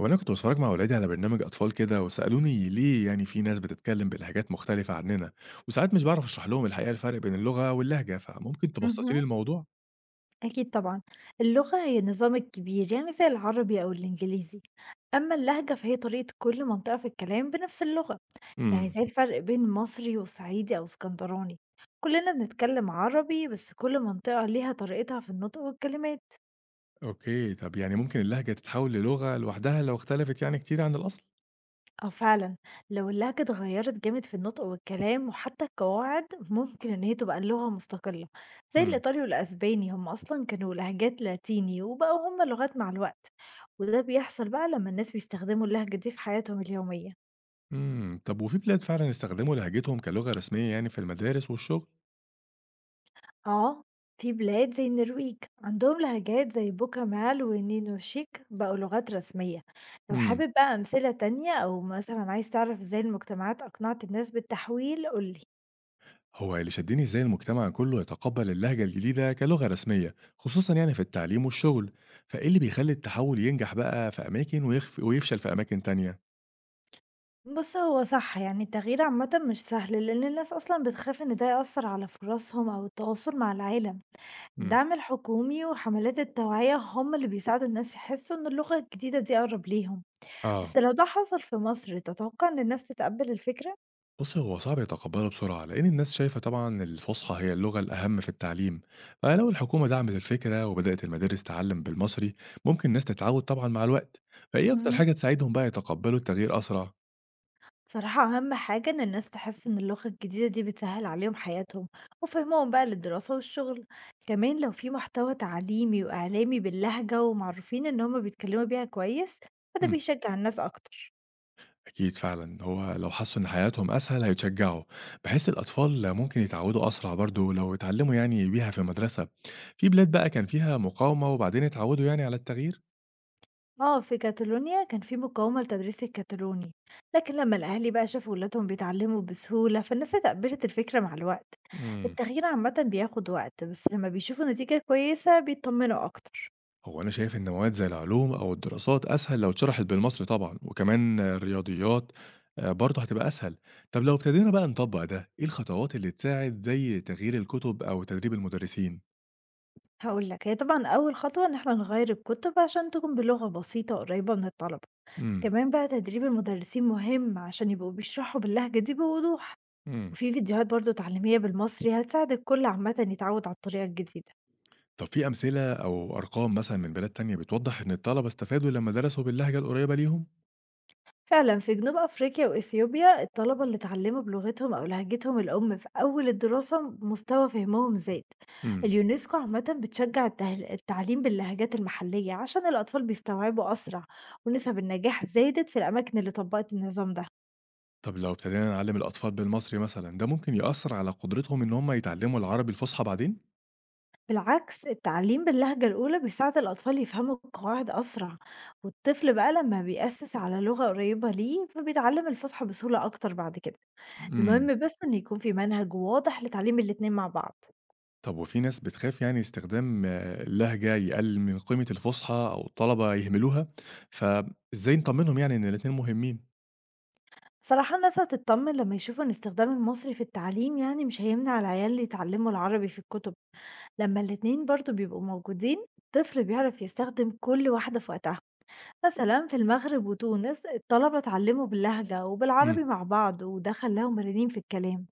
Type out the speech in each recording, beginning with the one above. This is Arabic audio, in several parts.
هو أنا كنت باتفرّج مع ولادي على برنامج أطفال كده، وسألوني ليه يعني في ناس بتتكلّم بلهجات مختلفة عننا، وساعات مش باعرف أشرح لهم الحقيقة الفرق بين اللغة واللهجة، فممكن تبسّطي اهم، لي الموضوع؟ أكيد طبعًا، اللغة هي النظام الكبير يعني زي العربي أو الإنجليزي، أما اللهجة فهي طريقة كل منطقة في الكلام بنفس اللغة، يعني إمم. زي الفرق بين مصري وصعيدي أو اسكندراني، كلنا بنتكلم عربي بس كل منطقة ليها طريقتها في النطق والكلمات. أوكي، طَب يعني ممكن اللهجة تتحوّل للغة لوحدها لو اختلفت يعني كتير عن الأصل؟ آه فعلًا، لو اللهجة اتغيّرت جامد في النطق والكلام وحتى القواعد، ممكن إن هي تبقى لغة مستقلة، زي إمم. الإيطالي والأسباني هم أصلًا كانوا لهجات لاتيني وبقوا هم لغات مع الوقت، وده بيحصل بقى لمّا الناس بيستخدموا اللهجة دي في حياتهم اليومية. إمم. طَب وفي بلاد فعلًا استخدموا لهجتهم كلغة رسمية يعني في المدارس والشغل؟ آه، في بلاد زي النرويج عندهم لهجات زي بوكمال ونينوشيك بقوا لغات رسمية. لو إمم. حابب بقى أمثلة تانية أو مثلًا عايز تعرف إزاي المجتمعات أقنعت الناس بالتحويل، قُل لي. هو اللي شدني ازاي المجتمع كله يتقبل اللهجة الجديدة كلغة رسمية خصوصا يعني في التعليم والشغل، فايه اللي بيخلي التحول ينجح بقى في اماكن ويخف ويفشل في اماكن تانية. بُص هو صح، يعني التغيير عامةً مش سهل، لإن الناس أصلًا بتخاف إن ده يأثّر على فرصهم أو التواصل مع العالم. مم. الدعم الحكومي وحملات التوعية هم اللي بيساعدوا الناس يحسّوا إن اللغة الجديدة دي أقرب ليهم، بس اه، لو ده حصل في مصر تتوقع إن الناس تتقبّل الفكرة؟ بص هو صعب يتقبله بسرعة لأن الناس شايفة طبعا الفصحى هي اللغة الأهم في التعليم، فلو الحكومة دعمت الفكرة وبدأت المدارس تعلم بالمصري ممكن الناس تتعود طبعا مع الوقت. فإيه أكتر اهم. حاجة تساعدهم بقى يتقبلوا التغيير أسرع؟ بصراحة أهم حاجة إن الناس تحس إن اللغة الجديدة دي بتسهل عليهم حياتهم وفهمهم بقى للدراسة والشغل. كمان لو في محتوى تعليمي وإعلامي باللهجة ومعروفين إن هما بيتكلموا بيها كويس فده بيشجع الناس أكتر. أكيد فعلًا، هو لو حسّوا إن حياتهم أسهل هيتشجّعوا، بحيث الأطفال ممكن يتعوّدوا أسرع برضه لو اتعلّموا يعني بيها في المدرسة. في بلاد بقى كان فيها مقاومة وبعدين اتعوّدوا يعني على التغيير. اه، في كاتالونيا كان في مقاومة لتدريس الكتالوني، لكن لما الأهالي بقى شافوا ولادهم بيتعلموا بسهولة فالناس اتقبلت الفكرة مع الوقت. إمم. التغيير عامة بياخد وقت بس لما بيشوفوا نتيجة كويسة بيطمنوا أكتر. هو أنا شايف إن مواد زي العلوم أو الدراسات أسهل لو اتشرحت بالمصري طبعًا، وكمان الرياضيات برضه هتبقى أسهل. طَب لو ابتدينا بقى نطبّق ده، إيه الخطوات اللي تساعد زي تغيير الكُتب أو تدريب المدرسين؟ هاقول لك، هي طبعًا أول خطوة إن إحنا نغيّر الكُتب عشان تكون بلغة بسيطة قريّبة من الطلبة، إمم. كمان بقى تدريب المدرسين مهم عشان يبقوا بيشرحوا باللهجة دي بوضوح، إمم. وفي فيديوهات برضه تعليمية بالمصري هتساعد الكل عامةً يتعوّد على الطريقة الجديدة. طب في أمثلة أو أرقام مثلًا من بلاد تانية بتوضح إن الطلبة استفادوا لمّا درسوا باللهجة القريبة ليهم؟ فعلا في جنوب أفريقيا وإثيوبيا الطلبة اللي اتعلموا بلغتهم أو لهجتهم الأم في أول الدراسة مستوى فهمهم زاد. إمم. اليونسكو عامة بتشجع التعليم باللهجات المحلية عشان الأطفال بيستوعبوا أسرع، ونسب النجاح زادت في الأماكن اللي طبقت النظام ده. طب لو ابتدينا نعلّم الأطفال بالمصري مثلًا، ده ممكن يأثّر على قدرتهم إن هم يتعلموا العربي الفصحى بعدين؟ بالعكس، التعليم باللهجة الأولى بيساعد الأطفال يفهموا القواعد أسرع، والطفل بقى لما بيأسس على لغة قريبة ليه فبيتعلم الفصحى بسهولة أكتر بعد كده. إمم. المهم بس إن يكون في منهج واضح لتعليم الاتنين مع بعض. طب وفي ناس بتخاف يعني استخدام اللهجة يقلل من قيمة الفصحى أو الطلبة يهملوها، فإزاي نطمنهم يعني إن الاتنين مهمين؟ صراحة الناس هتتطمن لما يشوفوا إن استخدام المصري في التعليم يعني مش هيمنع العيال اللي يتعلموا العربي في الكتب. لما الاتنين برضو بيبقوا موجودين الطفل بيعرف يستخدم كل واحدة في وقتها. مثلا في المغرب وتونس الطلبة اتعلموا باللهجة وبالعربي إمم. مع بعض وده خلاهم مرنين في الكلام.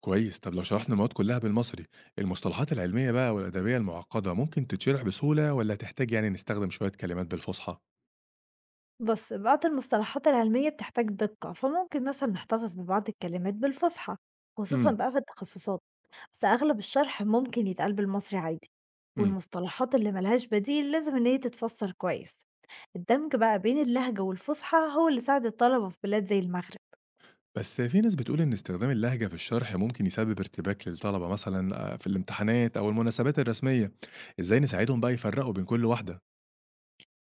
كويس، طب لو شرحنا المواد كلها بالمصري، المصطلحات العلمية بقى والأدبية المعقدة ممكن تتشرح بسهولة والّا هتحتاج يعني نستخدم شوية كلمات بالفصحى؟ بص، بعض المصطلحات العلمية بتحتاج دقة فممكن مثلا نحتفظ ببعض الكلمات بالفصحى، خصوصا إمم. بقى في التخصصات. بس أغلب الشرح ممكن يتقال بالمصري عادي، إمم. والمصطلحات اللي ملهاش بديل لازم إن هي تتفسر كويس. الدمج بقى بين اللهجة والفصحى هو اللي ساعد الطلبة في بلاد زي المغرب. بس في ناس بتقول إن استخدام اللهجة في الشرح ممكن يسبب ارتباك للطلبة مثلًا في الامتحانات أو المناسبات الرسمية، إزاي نساعدهم بقى يفرقوا بين كل واحدة؟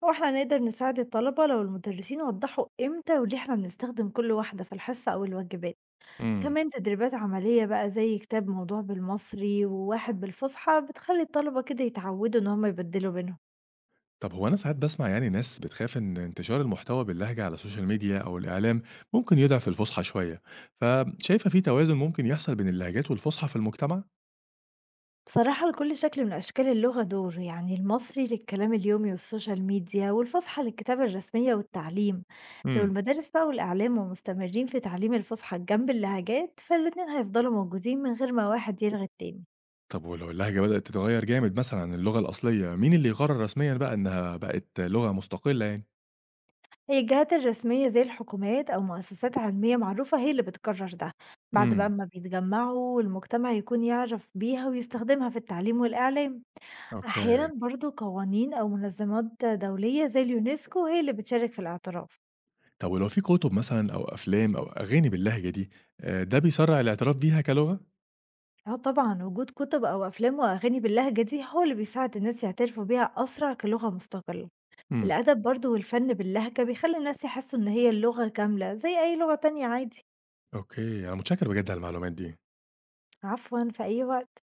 واحنا نقدر نساعد الطلبة لو المدرسين وضحوا امتى وليه احنا بنستخدم كل واحدة في الحصة أو الواجبات. إمم. كمان تدريبات عملية بقى زي كتاب موضوع بالمصري وواحد بالفصحى بتخلي الطلبة كده يتعودوا إن هم يبدلوا بينهم. طب هو أنا ساعات باسمع يعني ناس بتخاف إن انتشار المحتوى باللهجة على السوشيال ميديا أو الإعلام ممكن يضعف الفُصحى شوية، فشايفة في توازن ممكن يحصل بين اللهجات والفُصحى في المجتمع؟ بصراحة لكل شكل من أشكال اللغة دور، يعني المصري للكلام اليومي والسوشيال ميديا والفصحى للكتابة الرسمية والتعليم. لو إمم. المدارس بقى والإعلام مستمرين في تعليم الفصحى جنب اللهجات فالاتنين هيفضلوا موجودين من غير ما واحد يلغي التاني. طب ولو اللهجة بدأت تتغير جامد مثلًا عن اللغة الأصلية، مين اللي يقرر رسميًا بقى إنها بقت لغة مستقلة يعني؟ هي الجهات الرسمية زي الحكومات أو مؤسسات علمية معروفة هي اللي بتقرر ده، بعد بقى إمم. ما بيتجمعوا والمجتمع يكون يعرف بيها ويستخدمها في التعليم والإعلام. أوكي. أحيانا برضو قوانين أو منظمات دولية زي اليونسكو هي اللي بتشارك في الاعتراف. طب ولو في كتب مثلًا أو أفلام أو أغاني باللهجة دي، ده بيسرّع الاعتراف بيها كلغة؟ اه طبعا، وجود كتب أو أفلام وأغاني باللهجة دي هو اللي بيساعد الناس يعترفوا بيها أسرع كلغة مستقلة. إمم. الأدب برضو والفن باللهجة بيخلي الناس يحسوا إن هي اللغة كاملة زي أي لغة تانية عادي. أوكي، أنا متشكر بجد على المعلومات دي. عفوا، في أي وقت.